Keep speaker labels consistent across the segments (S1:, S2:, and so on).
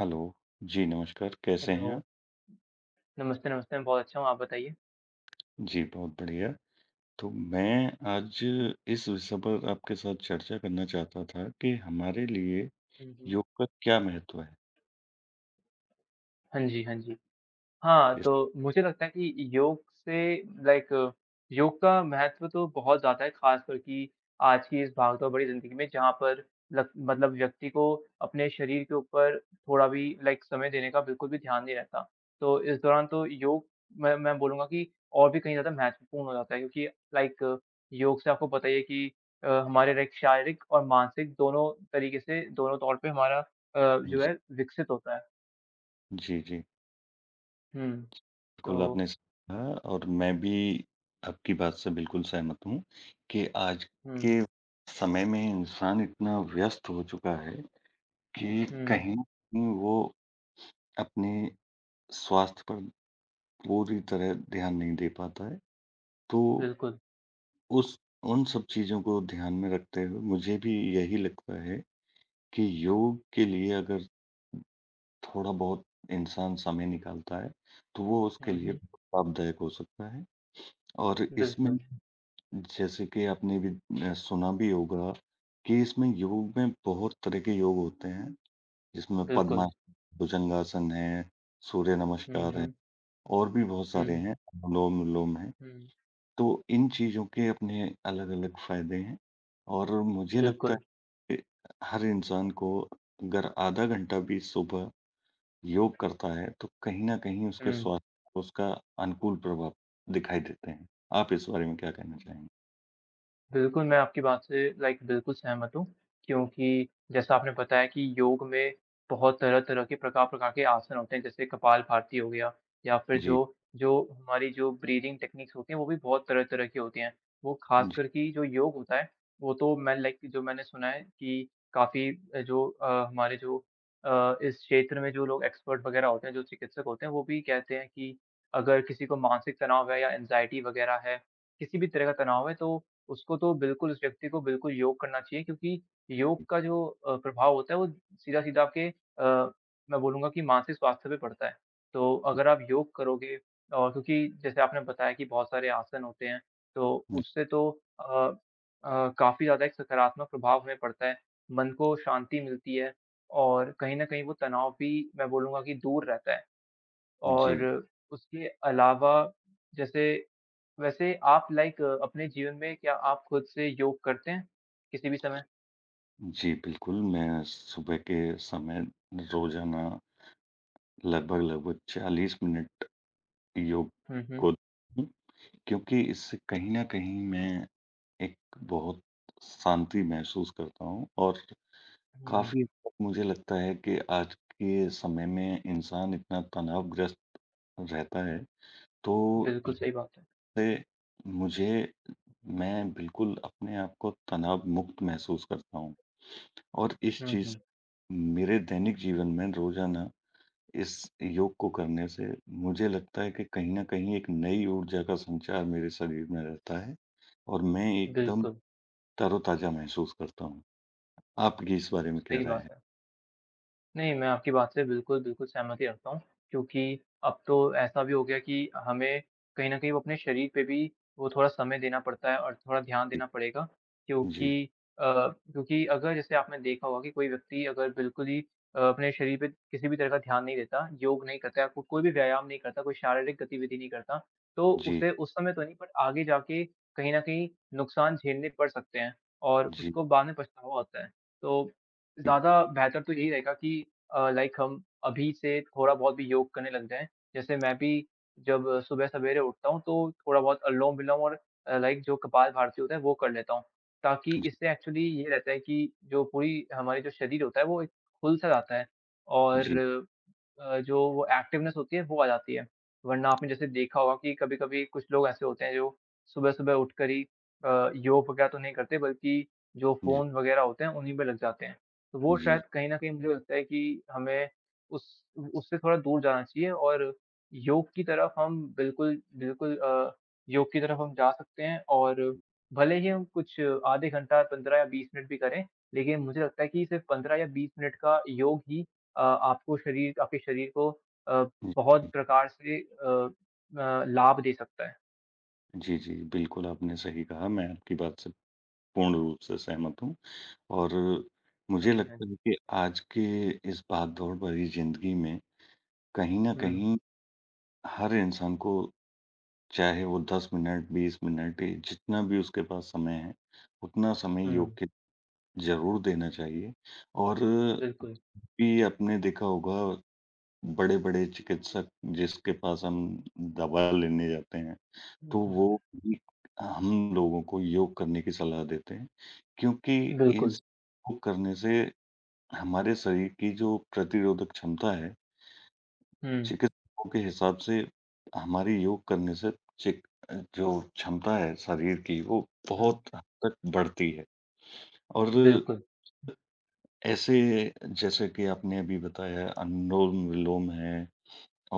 S1: Hello. जी, नमस्कार, कैसे
S2: hello.
S1: हैं आप?
S2: नमस्ते, नमस्ते। मैं बहुत अच्छा हूँ, आप बताइए?
S1: जी, बहुत बढ़िया। तो मैं आज इस विषय पर आपके साथ चर्चा करना चाहता था कि हमारे लिए
S2: हुँ, हुँ।
S1: योग का क्या महत्व है?
S2: हाँ जी, हाँ जी। हाँ,
S1: इस
S2: तो मुझे लगता है कि योग से लाइक योग का महत्व तो बहुत ज़्यादा है, ख़ासकर कि आज की इस भागदौड़ भरी ज़िंदगी में जहाँ पर लग मतलब व्यक्ति को अपने शरीर के ऊपर थोड़ा भी लाइक समय देने का बिल्कुल भी ध्यान नहीं रहता। तो इस दौरान तो योग मैं बोलूँगा कि और भी कहीं ज़्यादा महत्वपूर्ण हो जाता है क्योंकि लाइक योग से आपको पता ही है कि हमारे लाइक शारीरिक और मानसिक दोनों तरीके से दोनों तौर पे हमारा जो
S1: जी,
S2: है विकसित होता है।
S1: जी, जी।
S2: हुँ,
S1: बिल्कुल
S2: तो
S1: आपने सही कहा और मैं भी आपकी बात से बिल्कुल सहमत हूँ कि आज
S2: हुँ,
S1: के समय में इंसान इतना व्यस्त हो चुका है कि
S2: हुँ।
S1: कहीं न कहीं वो अपने स्वास्थ्य पर पूरी तरह ध्यान नहीं दे पाता है। तो
S2: बिल्कुल।
S1: उस उन सब चीज़ों को ध्यान में रखते हुए मुझे भी यही लगता है कि योग के लिए अगर थोड़ा बहुत इंसान समय निकालता है, तो वो उसके
S2: हुँ,
S1: लिए
S2: हुँ।
S1: बहुत लाभदायक हो सकता है। और इसमें
S2: बिल्कुल,
S1: जैसे कि आपने भी सुना भी होगा कि इसमें योग में बहुत तरह के योग होते हैं, जिसमें
S2: बिल्कुल।
S1: पद्मासन, भुजंगासन है, सूर्य
S2: हुँ,
S1: नमस्कार है
S2: हुँ,
S1: और भी बहुत सारे
S2: हुँ,
S1: हैं, अनुलोम-विलोम है।
S2: हुँ।
S1: तो इन चीज़ों के अपने अलग-अलग फ़ायदे हैं और मुझे लगता
S2: बिल्कुल।
S1: है कि हर इंसान को अगर आधा घंटा भी सुबह योग करता है, तो कहीं न कहीं उसके
S2: हुँ।
S1: स्वास्थ्य पर उसका अनुकूल प्रभाव दिखाई देते हैं। आप इस बारे में क्या कहना चाहेंगे?
S2: बिल्कुल, मैं आपकी बात से लाइक बिल्कुल सहमत हूँ, क्योंकि जैसा आपने बताया कि योग में बहुत तरह-तरह के प्रकार-प्रकार के आसन होते हैं, जैसे कपालभाति हो गया या फिर जो
S1: जी,
S2: जो हमारी जो ब्रीदिंग टेक्निक्स होती हैं, वो भी बहुत तरह-तरह की होती हैं। वो
S1: जी,
S2: खासकर कि जो योग होता है, वो तो मैं लाइक जो मैंने सुना है कि काफ़ी जो हमारे जो इस क्षेत्र में जो लोग एक्सपर्ट वगैरह होते हैं, जो चिकित्सक होते हैं, वो भी कहते हैं कि अगर किसी को मानसिक तनाव है या एंग्ज़ायटी वगैरह है, किसी भी तरह का तनाव है, तो उसको तो बिल्कुल उस व्यक्ति को बिल्कुल योग करना चाहिए क्योंकि योग का जो प्रभाव होता है वो सीधा-सीधा आपके मैं बोलूँगा कि मानसिक स्वास्थ्य पे पड़ता है। तो अगर आप योग करोगे और क्योंकि जैसे आपने बताया कि बहुत सारे आसन होते हैं, तो
S1: जी,
S2: उससे तो अ काफ़ी ज़्यादा एक सकारात्मक प्रभाव हमें पड़ता है, मन को शांति मिलती है और कहीं न कहीं वो तनाव भी मैं बोलूँगा कि दूर रहता है और
S1: जी,
S2: उसके अलावा जैसे वैसे आप लाइक अपने जीवन में क्या आप खुद से योग करते हैं? किसी भी समय?
S1: जी, बिल्कुल, मैं सुबह के समय रोज़ाना लगभग-लगभग 40 मिनट योग
S2: हुँ, हुँ।
S1: को क्योंकि इससे कहीं न कहीं मैं एक बहुत शांति महसूस करता हूँ। और
S2: हुँ,
S1: काफ़ी हद तक मुझे लगता है कि आज के समय में इंसान इतना तनावग्रस्त रहता है, तो
S2: बिल्कुल सही बात है।
S1: इससे मुझे मैं बिल्कुल अपने आप को तनाव मुक्त महसूस करता हूँ। और इस
S2: हुँ,
S1: चीज़
S2: हुँ,
S1: मेरे दैनिक जीवन में रोज़ाना इस योग को करने से मुझे लगता है कि कहीं न कहीं एक नई ऊर्जा का संचार मेरे शरीर में रहता है और मैं एकदम
S2: बिल्कुल,
S1: तरोताज़ा महसूस करता हूँ। आपकी इस बारे में क्या
S2: सही
S1: राय
S2: बात
S1: है?
S2: है। नहीं, मैं आपकी बात से बिल्कुल, बिल्कुल सहमति रखता हूँ क्योंकि अब तो ऐसा भी हो गया कि हमें कहीं न कहीं वो अपने शरीर पे भी वो थोड़ा समय देना पड़ता है और थोड़ा ध्यान देना पड़ेगा
S1: जी,
S2: क्योंकि क्योंकि अगर जैसे आपने देखा होगा कि कोई व्यक्ति अगर बिल्कुल ही अपने शरीर पे किसी भी तरह का ध्यान नहीं देता, योग नहीं करता, को कोई भी व्यायाम नहीं करता, कोई शारीरिक गतिविधि नहीं करता, तो
S1: जी,
S2: उसे
S1: जी,
S2: उस समय तो नहीं बट आगे जाके कहीं न कहीं नुकसान झेलने पड़ सकते हैं और
S1: जी,
S2: उसको बाद में पछतावा होता है। तो ज़्यादा बेहतर तो यही रहेगा कि लाइक हम अभी से थोड़ा बहुत भी योग करने लग जाएँ। जैसे मैं भी जब सुबह सवेरे उठता हूँ तो थोड़ा बहुत अनुलोम-विलोम और लाइक जो कपालभाति होता है वो कर लेता हूँ। ताकि इससे एक्चुअली ये रहता है कि जो पूरी हमारी जो शरीर होता है वो एक खुल-सा जाता है और
S1: जी,
S2: जो वो एक्टिवनेस होती है वो आ जाती है। वरना आपने जैसे देखा होगा कि कभी-कभी कुछ लोग ऐसे होते हैं जो सुबह-सुबह उठकर ही योग वगैरह तो नहीं करते बल्कि जो
S1: जी,
S2: फ़ोन वगैरह होते हैं उन्हीं पे लग जाते हैं। तो वो
S1: जी,
S2: शायद कहीं न कहीं मुझे लगता है कि हमें उस उससे थोड़ा दूर जाना चाहिए और योग की तरफ हम बिल्कुल बिल्कुल योग की तरफ हम जा सकते हैं और भले ही हम कुछ आधे घंटा 15 या 20 मिनट भी करें, लेकिन मुझे लगता है कि सिर्फ़ 15 या 20 मिनट का योग ही आपको शरीर आपके शरीर को अ,
S1: जी,
S2: बहुत
S1: जी,
S2: प्रकार से लाभ दे सकता है।
S1: जी, जी, बिल्कुल आपने सही कहा, मैं आपकी बात से पूर्ण रूप से सहमत हूँ। और
S2: हाँ
S1: मुझे
S2: जी, हाँ
S1: लगता है
S2: जी।
S1: कि आज के इस भाग-दौड़ भरी ज़िंदगी में कहीं न
S2: हुँ,
S1: कहीं हर इंसान को, चाहे वो 10 मिनट, 20 मिनट जितना भी उसके पास समय है, उतना समय योग
S2: हुँ,
S1: के ज़रूर देना चाहिए। और
S2: बिल्कुल।
S1: भी आपने देखा होगा बड़े-बड़े चिकित्सक, जिसके पास हम दवा लेने जाते हैं, तो
S2: हुँ, हुँ,
S1: वो भी हम लोगों को योग करने की सलाह देते हैं, क्योंकि
S2: बिल्कुल।
S1: इस योग करने से हमारे शरीर की जो प्रतिरोधक क्षमता है,
S2: हुँ,
S1: चिकित्सकों के हिसाब से हमारी योग करने से जो क्षमता है शरीर की वो
S2: हुँ,
S1: बहुत हद तक बढ़ती है। और
S2: बिल्कुल।
S1: ऐसे जैसे कि आपने अभी बताया अनुलोम-विलोम है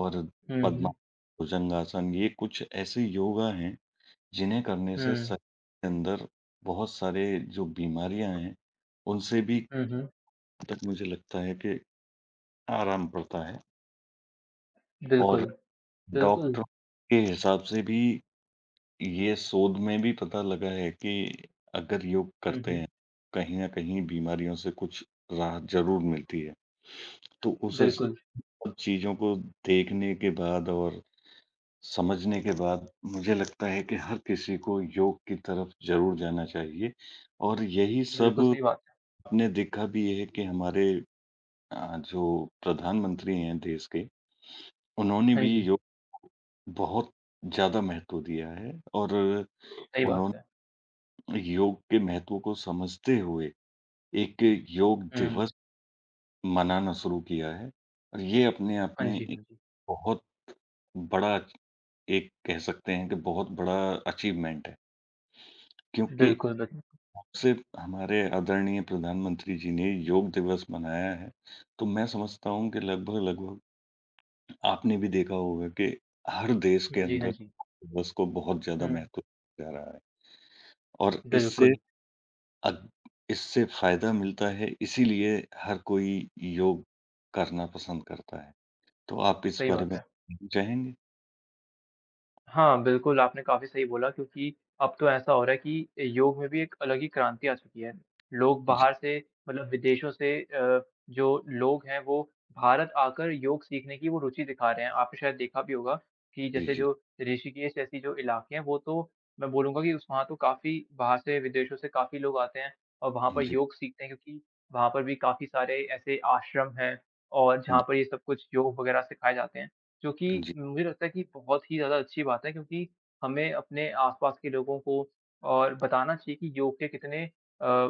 S1: और
S2: हुँ, हुँ,
S1: पद्मासन, भुजंगासन, ये कुछ ऐसे योगा हैं, जिन्हें करने
S2: हुँ,
S1: से शरीर के अंदर बहुत सारे जो बीमारियाँ हैं, उनसे भी
S2: हुँ, हुँ,
S1: तक मुझे लगता है कि आराम पड़ता है। और
S2: बिल्कुल, बिल्कुल।
S1: डॉक्टर के हिसाब से भी ये शोध में भी पता लगा है कि अगर योग
S2: हुँ,
S1: करते
S2: हुँ,
S1: हैं, कहीं न कहीं बीमारियों से कुछ राहत ज़रूर मिलती है। तो उस
S2: बिल्कुल,
S1: सब चीज़ों को देखने के बाद और समझने के बाद मुझे लगता है कि हर किसी को योग की तरफ ज़रूर जाना चाहिए। और यही सब
S2: बिल्कुल सही बात है।
S1: आपने देखा भी है कि हमारे जो प्रधानमंत्री हैं देश के, उन्होंने
S2: हाँ
S1: भी
S2: जी,
S1: योग को बहुत ज़्यादा महत्व दिया है और जी।
S2: सही बात
S1: उन्होंने
S2: है।
S1: योग के महत्व को समझते हुए एक योग
S2: हुँ,
S1: दिवस मनाना शुरू किया है और ये अपने आप
S2: हाँ
S1: में
S2: जी,
S1: एक
S2: हाँ जी।
S1: बहुत बड़ा, एक कह सकते हैं कि बहुत बड़ा अचीवमेंट है। क्योंकि
S2: बिल्कुल, बिल्कुल।
S1: सिर्फ हमारे आदरणीय प्रधानमंत्री जी ने योग दिवस मनाया है, तो मैं समझता हूँ कि लगभग-लगभग आपने भी देखा होगा कि हर देश के
S2: हाँ जी,
S1: अंदर
S2: हाँ जी।
S1: योग दिवस को बहुत ज़्यादा
S2: हुँ,
S1: महत्व दिया जा रहा है और इससे
S2: बिल्कुल,
S1: अग इससे फ़ायदा मिलता है, इसीलिए हर कोई योग करना पसंद करता है। तो आप इस
S2: सही
S1: बारे
S2: बात
S1: में
S2: है।
S1: कुछ कहना चाहेंगे?
S2: हाँ, बिल्कुल, आपने काफ़ी सही बोला क्योंकि अब तो ऐसा हो रहा है कि योग में भी एक अलग ही क्रांति आ चुकी है। लोग
S1: जी,
S2: बाहर से मतलब विदेशों से जो लोग हैं वो भारत आकर योग सीखने की वो रुचि दिखा रहे हैं। आपने शायद देखा भी होगा कि
S1: जी,
S2: जैसे
S1: जी।
S2: जो ऋषिकेश जैसी जो इलाके हैं वो तो मैं बोलूँगा कि उस वहाँ तो काफ़ी बाहर से विदेशों से काफ़ी लोग आते हैं और वहाँ पर
S1: जी,
S2: योग सीखते हैं क्योंकि वहाँ पर भी काफ़ी सारे ऐसे आश्रम हैं और जहाँ पर ये सब कुछ योग वगैरह सिखाए जाते हैं। जो कि
S1: जी,
S2: मुझे लगता है कि बहुत ही ज़्यादा अच्छी बात है क्योंकि हमें अपने आस-पास के लोगों को और बताना चाहिए कि योग के कितने अ,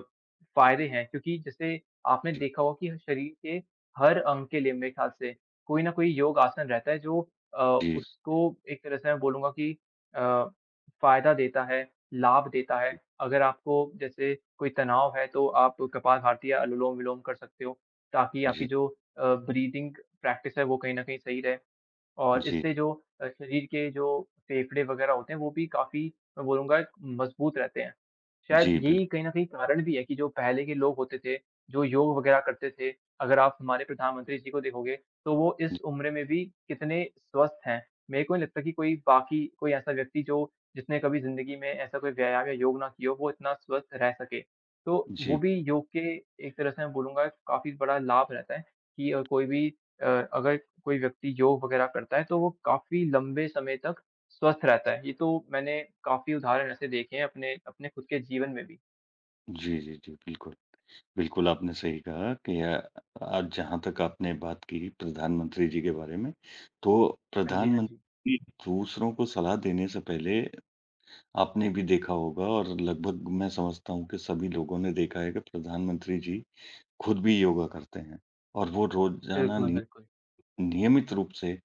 S2: फ़ायदे हैं क्योंकि जैसे आपने
S1: जी,
S2: देखा होगा कि शरीर के हर अंग के लिए मेरे ख़्याल से कोई ना कोई योग आसन रहता है जो अ,
S1: जी,
S2: उसको एक तरह से मैं बोलूँगा कि अ, फ़ायदा देता है, लाभ देता है। अगर आपको जैसे कोई तनाव है तो आप कपालभाति या अनुलोम-विलोम कर सकते हो ताकि आपकी
S1: जी,
S2: जो ब्रीदिंग प्रैक्टिस है वो कहीं न कहीं सही रहे। और
S1: जी, जी,
S2: इससे जो शरीर के जो फेफड़े वगैरह होते हैं, वो भी काफ़ी मैं बोलूँगा मज़बूत रहते हैं। शायद
S1: जी, बिल्कुल।
S2: यही कहीं न कहीं कारण भी है कि जो पहले के लोग होते थे, जो योग वगैरह करते थे, अगर आप हमारे प्रधानमंत्री जी को देखोगे, तो वो इस उम्र में भी कितने स्वस्थ हैं। मेरे को नहीं लगता कि कोई बाकी कोई ऐसा व्यक्ति जो जिसने कभी ज़िंदगी में ऐसा कोई व्यायाम या योग ना किया हो, वो इतना स्वस्थ रह सके। तो वो
S1: जी,
S2: भी योग के एक तरह से मैं बोलूँगा काफ़ी बड़ा लाभ रहता है कि कोई भी अगर कोई व्यक्ति योग वगैरह करता है, तो वो काफ़ी लंबे समय तक स्वस्थ रहता है। ये तो मैंने काफ़ी उदाहरण ऐसे देखे हैं अपने अपने खुद के जीवन में भी।
S1: जी, जी, जी, बिल्कुल। बिल्कुल, आपने सही कहा कि आज जहाँ तक आपने बात की प्रधानमंत्री जी के बारे में, तो
S2: हाँ जी, हाँ जी।
S1: प्रधानमंत्री दूसरों को सलाह देने से पहले आपने भी देखा होगा, और लगभग मैं समझता हूँ कि सभी लोगों ने देखा है कि प्रधानमंत्री जी खुद भी योगा करते हैं और वो रोज़ाना
S2: बिल्कुल,
S1: नि
S2: बिल्कुल।
S1: नियमित रूप से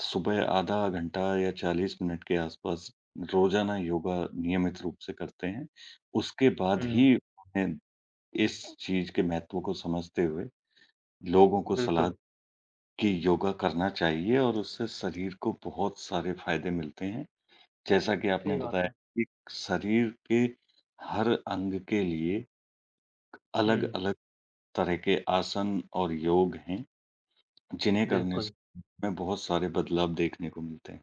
S1: सुबह आधा घंटा या 40 मिनट के आसपास रोज़ाना योगा नियमित रूप से करते हैं। उसके बाद ही
S2: हुँ,
S1: उन्हें इस चीज़ के महत्व को समझते हुए लोगों को सलाह
S2: बिल्कुल,
S1: कि योगा करना चाहिए और उससे शरीर को बहुत सारे फ़ायदे मिलते हैं। जैसा कि आपने
S2: सही बात
S1: बताया
S2: है।
S1: कि शरीर के हर अंग के लिए
S2: हुँ,
S1: अलग-अलग तरह के आसन और योग हैं, जिन्हें करने से
S2: बिल्कुल,
S1: हमें बहुत सारे बदलाव देखने को मिलते हैं।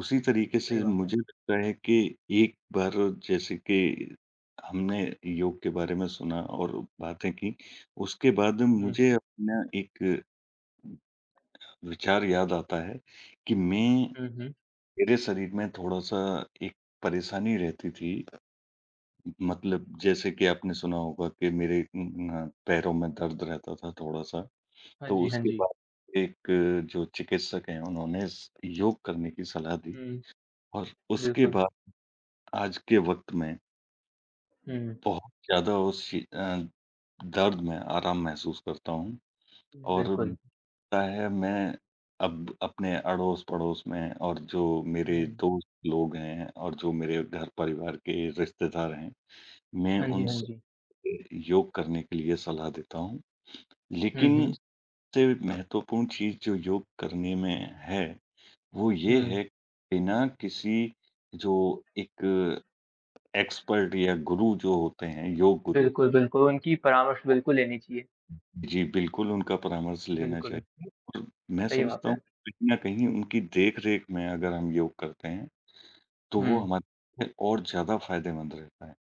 S1: उसी तरीके
S2: सही
S1: से
S2: बात है।
S1: मुझे लगता है कि एक बार जैसे कि हमने योग के बारे में सुना और बातें की, उसके बाद
S2: हुँ,
S1: मुझे
S2: हुँ,
S1: अपना एक विचार याद आता है कि मैं
S2: हुँ, हुँ।
S1: मेरे शरीर में थोड़ा-सा एक परेशानी रहती थी। मतलब जैसे कि आपने सुना होगा कि मेरे पैरों में दर्द रहता था थोड़ा-सा।
S2: हाँ
S1: तो
S2: जी, हाँ
S1: उसके
S2: जी।
S1: बाद एक जो चिकित्सक हैं उन्होंने स योग करने की सलाह दी
S2: हुँ,
S1: और उसके
S2: बिल्कुल।
S1: बाद आज के वक़्त में
S2: हुँ,
S1: बहुत ज़्यादा दर्द में आराम महसूस करता हूँ। और
S2: बिल्कुल।
S1: लगता है मैं अब अपने अड़ोस-पड़ोस में और जो मेरे
S2: हुँ,
S1: दोस्त लोग हैं और जो मेरे घर परिवार के रिश्तेदार हैं, मैं
S2: हाँ जी,
S1: उन
S2: हाँ जी।
S1: सबसे योग करने के लिए सलाह देता हूँ।
S2: हुँ,
S1: लेकिन
S2: हुँ,
S1: सबसे महत्वपूर्ण चीज़ जो योग करने में है, वो ये
S2: हुँ।
S1: है बिना किसी जो एक एक्सपर्ट या गुरु जो होते हैं, योग गुरु।
S2: बिल्कुल, बिल्कुल, उनकी परामर्श बिल्कुल लेनी चाहिए।
S1: जी, बिल्कुल उनका परामर्श लेना
S2: बिल्कुल,
S1: चाहिए। और मैं
S2: सही बात
S1: समझता हूँ
S2: है।
S1: कहीं न कहीं उनकी देख-रेख में अगर हम योग करते हैं, तो
S2: हुँ,
S1: वो हमारे लिए और ज़्यादा फ़ायदेमंद रहता है।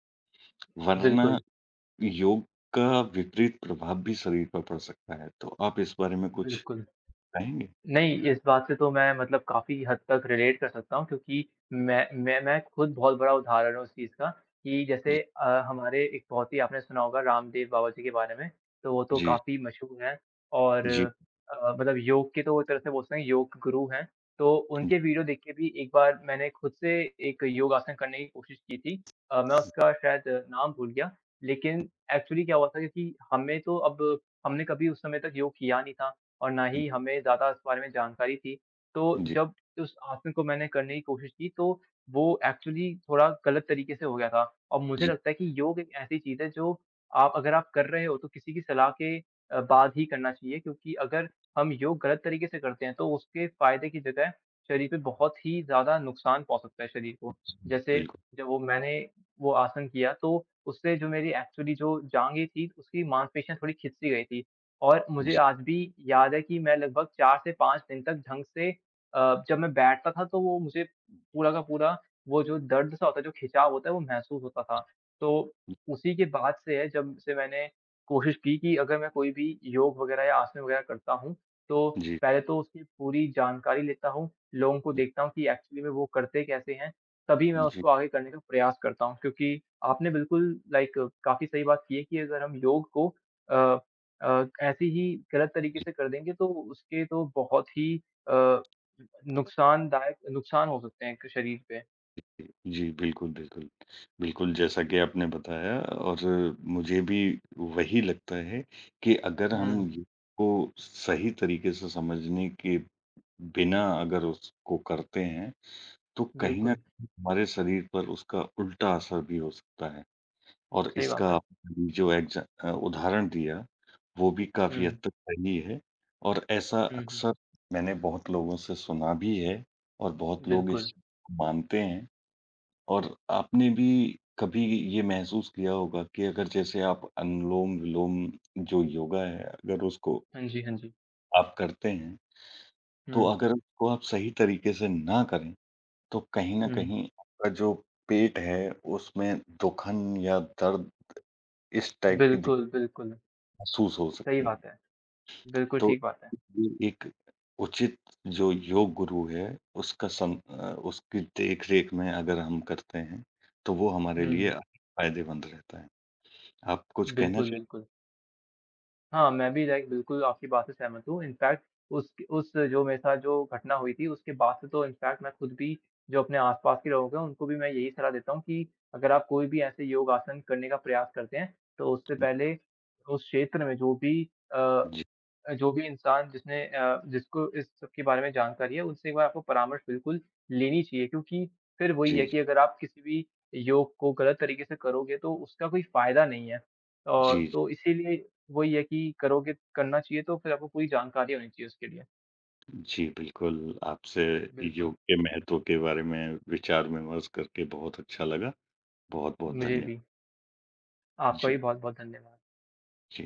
S1: वरना
S2: बिल्कुल,
S1: योग का विपरीत प्रभाव भी शरीर पर पड़ सकता है। तो आप इस बारे में कुछ
S2: बिल्कुल।
S1: कहेंगे?
S2: नहीं, इस बात से तो मैं मतलब काफ़ी हद तक रिलेट कर सकता हूँ क्योंकि मैं खुद बहुत बड़ा उदाहरण हूँ उस चीज़ का कि
S1: जी,
S2: जैसे हमारे एक बहुत ही आपने सुना होगा रामदेव बाबा जी के बारे में, तो वो तो
S1: जी,
S2: काफ़ी मशहूर हैं और
S1: जी,
S2: मतलब योग के तो एक तरह से बोल सकते हैं योग गुरु हैं, तो उनके वीडियो देख के भी एक बार मैंने खुद से एक योगासन करने की कोशिश की थी। मैं उसका शायद नाम भूल गया, लेकिन एक्चुअली क्या हुआ था क्योंकि हमें तो अब हमने कभी उस समय तक योग किया नहीं था, और ना
S1: जी,
S2: ही हमें ज़्यादा इस बारे में जानकारी थी। तो
S1: जी,
S2: जब उस आसन को मैंने करने की कोशिश की तो वो एक्चुअली थोड़ा गलत तरीके से हो गया था। और मुझे
S1: जी,
S2: लगता है कि योग एक ऐसी चीज़ है जो आप अगर आप कर रहे हो तो किसी की सलाह के बाद ही करना चाहिए क्योंकि अगर हम योग गलत तरीके से करते हैं तो उसके फ़ायदे की जगह शरीर पे बहुत ही ज़्यादा नुकसान पहुँच सकता है शरीर को। जैसे
S1: बिल्कुल।
S2: जब वो मैंने वो आसन किया तो उससे जो मेरी एक्चुअली जो जाँघें थी उसकी मांसपेशियाँ थोड़ी खिंच सी गई थी। और मुझे
S1: जी,
S2: आज भी याद है कि मैं लगभग 4 से 5 दिन तक ढंग से जब मैं बैठता था तो वो मुझे पूरा का पूरा वो जो दर्द सा होता है, जो खिंचाव होता है वो महसूस होता था। तो उसी के बाद से है जब से मैंने कोशिश की कि अगर मैं कोई भी योग वग़ैरह या आसन वग़ैरह करता हूँ, तो
S1: जी,
S2: पहले तो उसकी पूरी जानकारी लेता हूँ, लोगों को देखता हूँ कि एक्चुअली में वो करते कैसे हैं, तभी मैं
S1: जी।
S2: उसको आगे करने का प्रयास करता हूँ। क्योंकि आपने बिल्कुल लाइक काफ़ी सही बात की है कि अगर हम योग को अ, ऐसे ही गलत तरीके से कर देंगे तो उसके तो बहुत ही अ, नुकसानदायक नुकसान हो सकते हैं एक शरीर पे।
S1: जी, बिल्कुल, बिल्कुल। बिल्कुल, जैसा कि आपने बताया और मुझे भी वही लगता है कि अगर
S2: हुँ,
S1: हम योग को सही तरीके से समझने के बिना अगर उसको करते हैं, तो कहीं न
S2: बिल्कुल।
S1: कहीं हमारे शरीर पर उसका उल्टा असर भी हो सकता है। और
S2: सही
S1: इसका
S2: बात है।
S1: आपने भी जो उदाहरण दिया, वो भी काफ़ी
S2: हुँ,
S1: हद तक सही है और ऐसा
S2: हुँ, हुँ,
S1: अक्सर मैंने बहुत लोगों से सुना भी है और बहुत लोग इस
S2: बिल्कुल।
S1: चीज़ को मानते हैं। और आपने भी कभी ये महसूस किया होगा कि अगर जैसे आप अनुलोम-विलोम जो योगा है, अगर उसको
S2: हाँ जी, हाँ जी।
S1: आप करते हैं, तो
S2: हुँ,
S1: अगर उसको आप सही तरीके से ना करें, तो कहीं न
S2: हुँ,
S1: कहीं आपका जो पेट है, उसमें दुखन या दर्द इस टाइप की दिक
S2: बिल्कुल, बिल्कुल।
S1: महसूस हो
S2: सही
S1: सकती हैं।
S2: बात है। बिल्कुल
S1: तो
S2: ठीक बात है।
S1: इसलिए एक उचित जो योग गुरु है, उसका उसकी देख-रेख में अगर हम करते हैं, तो वो हमारे लिए
S2: हुँ,
S1: फ़ायदेमंद रहता है। आप कुछ कहना
S2: बिल्कुल,
S1: चाहेंगी?
S2: बिल्कुल। हाँ, मैं भी लाइक बिल्कुल आपकी बात से सहमत हूँ। इनफैक्ट उस जो मेरे साथ जो घटना हुई थी, उसके बाद से तो इनफैक्ट मैं खुद भी जो अपने आस-पास के लोग हैं, उनको भी मैं यही सलाह देता हूँ कि अगर आप कोई भी ऐसे योग आसन करने का प्रयास करते हैं, तो उससे पहले उस क्षेत्र में जो भी अ,
S1: जी,
S2: जो भी इंसान जिसने जिसको इस सब के बारे में जानकारी है, उनसे एक बार आपको परामर्श बिल्कुल लेनी चाहिए क्योंकि फिर वही है
S1: जी,
S2: कि अगर आप किसी भी योग को गलत तरीके से करोगे, तो उसका कोई फ़ायदा नहीं है।
S1: जी,
S2: तो इसीलिए वही है कि करोगे करना चाहिए तो फिर आपको पूरी जानकारी होनी चाहिए उसके लिए।
S1: जी, बिल्कुल, आपसे
S2: बिल्कुल।
S1: योग के महत्व के बारे में विचार विमर्श करके बहुत अच्छा लगा। बहुत-बहुत
S2: मुझे
S1: धन्यवाद।
S2: भी। आपका भी
S1: जी,
S2: बहुत-बहुत धन्यवाद।
S1: जी।